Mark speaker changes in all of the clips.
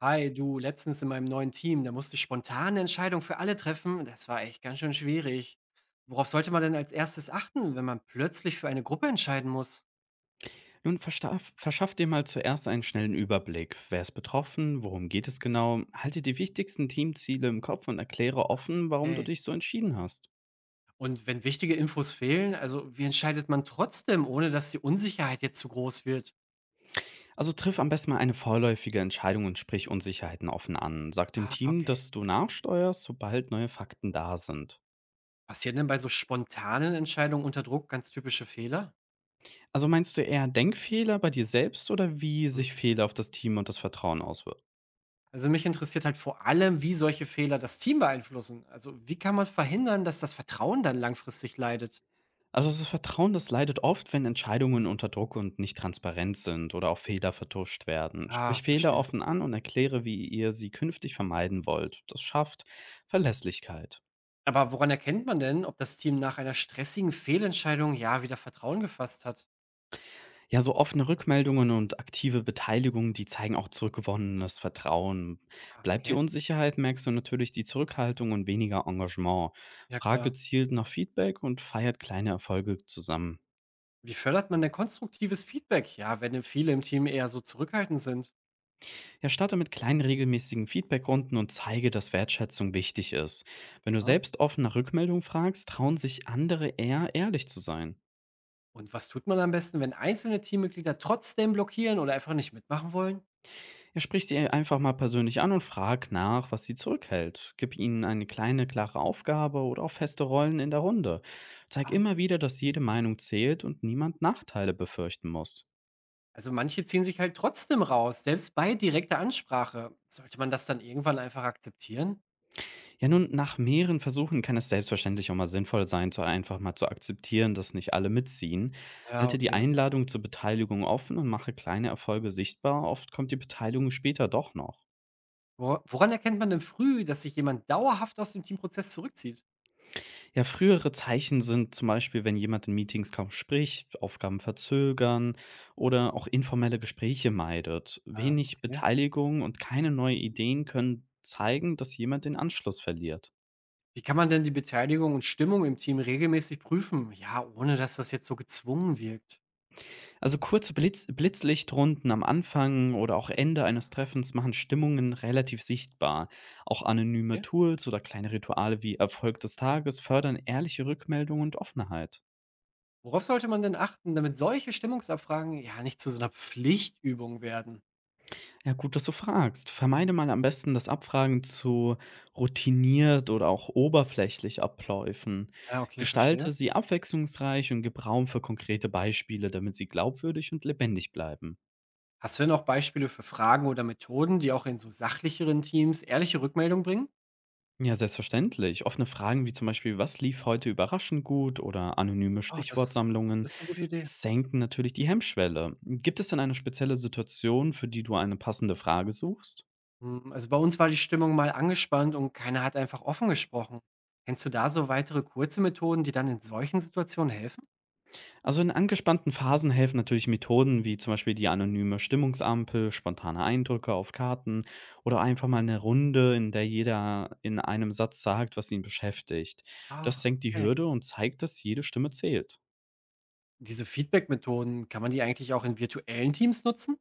Speaker 1: Hi, du, letztens in meinem neuen Team, da musste ich spontane Entscheidungen für alle treffen. Das war echt ganz schön schwierig. Worauf sollte man denn als erstes achten, wenn man plötzlich für eine Gruppe entscheiden muss?
Speaker 2: Nun verstaff verschaff dir mal zuerst einen schnellen Überblick. Wer ist betroffen? Worum geht es genau? Halte die wichtigsten Teamziele im Kopf und erkläre offen, warum du
Speaker 1: Okay.
Speaker 2: dich so entschieden hast.
Speaker 1: Und wenn wichtige Infos fehlen, also wie entscheidet man trotzdem, ohne dass die Unsicherheit jetzt zu groß wird?
Speaker 2: Also triff am besten mal eine vorläufige Entscheidung und sprich Unsicherheiten offen an. Sag dem
Speaker 1: Ah,
Speaker 2: Team,
Speaker 1: okay.
Speaker 2: dass du nachsteuerst, sobald neue Fakten da sind.
Speaker 1: Passieren denn bei so spontanen Entscheidungen unter Druck ganz typische Fehler?
Speaker 2: Also meinst du eher Denkfehler bei dir selbst oder wie
Speaker 1: Hm.
Speaker 2: sich Fehler auf das Team und das Vertrauen auswirken?
Speaker 1: Also mich interessiert halt vor allem, wie solche Fehler das Team beeinflussen. Also wie kann man verhindern, dass das Vertrauen dann langfristig leidet?
Speaker 2: Also das Vertrauen, das leidet oft, wenn Entscheidungen unter Druck und nicht transparent sind oder auch Fehler vertuscht werden. Sprich
Speaker 1: Ah,
Speaker 2: Fehler
Speaker 1: verstehe.
Speaker 2: offen an und erkläre, wie ihr sie künftig vermeiden wollt. Das schafft Verlässlichkeit.
Speaker 1: Aber woran erkennt man denn, ob das Team nach einer stressigen Fehlentscheidung, ja, wieder Vertrauen gefasst hat?
Speaker 2: Ja, so offene Rückmeldungen und aktive Beteiligung, die zeigen auch zurückgewonnenes Vertrauen.
Speaker 1: Ah,
Speaker 2: Bleibt die
Speaker 1: okay.
Speaker 2: Unsicherheit, merkst du natürlich die Zurückhaltung und weniger Engagement.
Speaker 1: Ja,
Speaker 2: Frag
Speaker 1: klar.
Speaker 2: gezielt nach Feedback und feiert kleine Erfolge zusammen.
Speaker 1: Wie fördert man denn konstruktives Feedback? Ja, wenn denn viele im Team eher so zurückhaltend sind.
Speaker 2: Ja, starte mit kleinen regelmäßigen Feedbackrunden und zeige, dass Wertschätzung wichtig ist. Wenn du
Speaker 1: Aha.
Speaker 2: selbst offen nach Rückmeldung fragst, trauen sich andere eher, ehrlich zu sein.
Speaker 1: Und was tut man am besten, wenn einzelne Teammitglieder trotzdem blockieren oder einfach nicht mitmachen wollen?
Speaker 2: Ja, sprich sie einfach mal persönlich an und frag nach, was sie zurückhält. Gib ihnen eine kleine, klare Aufgabe oder auch feste Rollen in der Runde. Zeig
Speaker 1: Ah.
Speaker 2: immer wieder, dass jede Meinung zählt und niemand Nachteile befürchten muss.
Speaker 1: Also manche ziehen sich halt trotzdem raus, selbst bei direkter Ansprache. Sollte man das dann irgendwann einfach akzeptieren?
Speaker 2: Ja, nun, nach mehreren Versuchen kann es selbstverständlich auch mal sinnvoll sein, zu einfach mal zu akzeptieren, dass nicht alle mitziehen.
Speaker 1: Ja,
Speaker 2: Halte die
Speaker 1: okay.
Speaker 2: Einladung zur Beteiligung offen und mache kleine Erfolge sichtbar. Oft kommt die Beteiligung später doch noch.
Speaker 1: Woran erkennt man denn früh, dass sich jemand dauerhaft aus dem Teamprozess zurückzieht?
Speaker 2: Ja, frühere Zeichen sind zum Beispiel, wenn jemand in Meetings kaum spricht, Aufgaben verzögern oder auch informelle Gespräche meidet.
Speaker 1: Ah,
Speaker 2: Wenig
Speaker 1: okay.
Speaker 2: Beteiligung und keine neuen Ideen können zeigen, dass jemand den Anschluss verliert.
Speaker 1: Wie kann man denn die Beteiligung und Stimmung im Team regelmäßig prüfen? Ja, ohne dass das jetzt so gezwungen wirkt.
Speaker 2: Also kurze Blitzlichtrunden am Anfang oder auch Ende eines Treffens machen Stimmungen relativ sichtbar. Auch anonyme
Speaker 1: Okay.
Speaker 2: Tools oder kleine Rituale wie Erfolg des Tages fördern ehrliche Rückmeldungen und Offenheit.
Speaker 1: Worauf sollte man denn achten, damit solche Stimmungsabfragen ja nicht zu so einer Pflichtübung werden?
Speaker 2: Ja, gut, dass du fragst. Vermeide mal am besten, dass Abfragen zu routiniert oder auch oberflächlich abläufen.
Speaker 1: Ja, okay,
Speaker 2: Gestalte
Speaker 1: verstehe.
Speaker 2: sie abwechslungsreich und gib Raum für konkrete Beispiele, damit sie glaubwürdig und lebendig bleiben.
Speaker 1: Hast du denn auch Beispiele für Fragen oder Methoden, die auch in so sachlicheren Teams ehrliche Rückmeldung bringen?
Speaker 2: Ja, selbstverständlich. Offene Fragen wie zum Beispiel, was lief heute überraschend gut oder anonyme
Speaker 1: Oh, das,
Speaker 2: Stichwortsammlungen
Speaker 1: das ist eine gute Idee.
Speaker 2: senken natürlich die Hemmschwelle. Gibt es denn eine spezielle Situation, für die du eine passende Frage suchst?
Speaker 1: Hm, also bei uns war die Stimmung mal angespannt und keiner hat einfach offen gesprochen. Kennst du da so weitere kurze Methoden, die dann in solchen Situationen helfen?
Speaker 2: Also in angespannten Phasen helfen natürlich Methoden wie zum Beispiel die anonyme Stimmungsampel, spontane Eindrücke auf Karten oder einfach mal eine Runde, in der jeder in einem Satz sagt, was ihn beschäftigt. Das
Speaker 1: Ah,
Speaker 2: senkt die
Speaker 1: okay.
Speaker 2: Hürde und zeigt, dass jede Stimme zählt.
Speaker 1: Diese Feedback-Methoden, kann man die eigentlich auch in virtuellen Teams nutzen?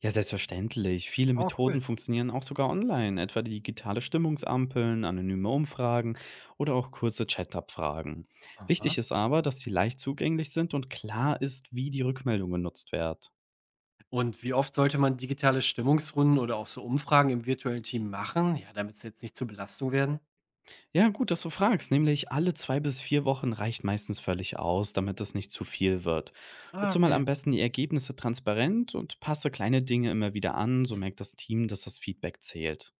Speaker 2: Ja, selbstverständlich. Viele
Speaker 1: Oh, cool.
Speaker 2: Methoden funktionieren auch sogar online, etwa die digitale Stimmungsampeln, anonyme Umfragen oder auch kurze Chat-Abfragen. Wichtig
Speaker 1: Aha.
Speaker 2: ist aber, dass sie leicht zugänglich sind und klar ist, wie die Rückmeldung genutzt wird.
Speaker 1: Und wie oft sollte man digitale Stimmungsrunden oder auch so Umfragen im virtuellen Team machen? Ja, damit es jetzt nicht zur Belastung werden.
Speaker 2: Ja, gut, dass du fragst. Nämlich alle zwei bis vier Wochen reicht meistens völlig aus, damit es nicht zu viel wird.
Speaker 1: Ah,
Speaker 2: Nutze mal
Speaker 1: okay.
Speaker 2: am besten die Ergebnisse transparent und passe kleine Dinge immer wieder an, so merkt das Team, dass das Feedback zählt.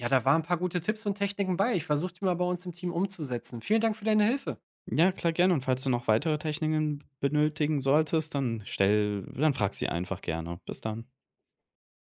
Speaker 1: Ja, da waren ein paar gute Tipps und Techniken bei. Ich versuche die mal bei uns im Team umzusetzen. Vielen Dank für deine Hilfe.
Speaker 2: Ja, klar, gerne. Und falls du noch weitere Techniken benötigen solltest, dann stell dann frag sie einfach gerne. Bis dann.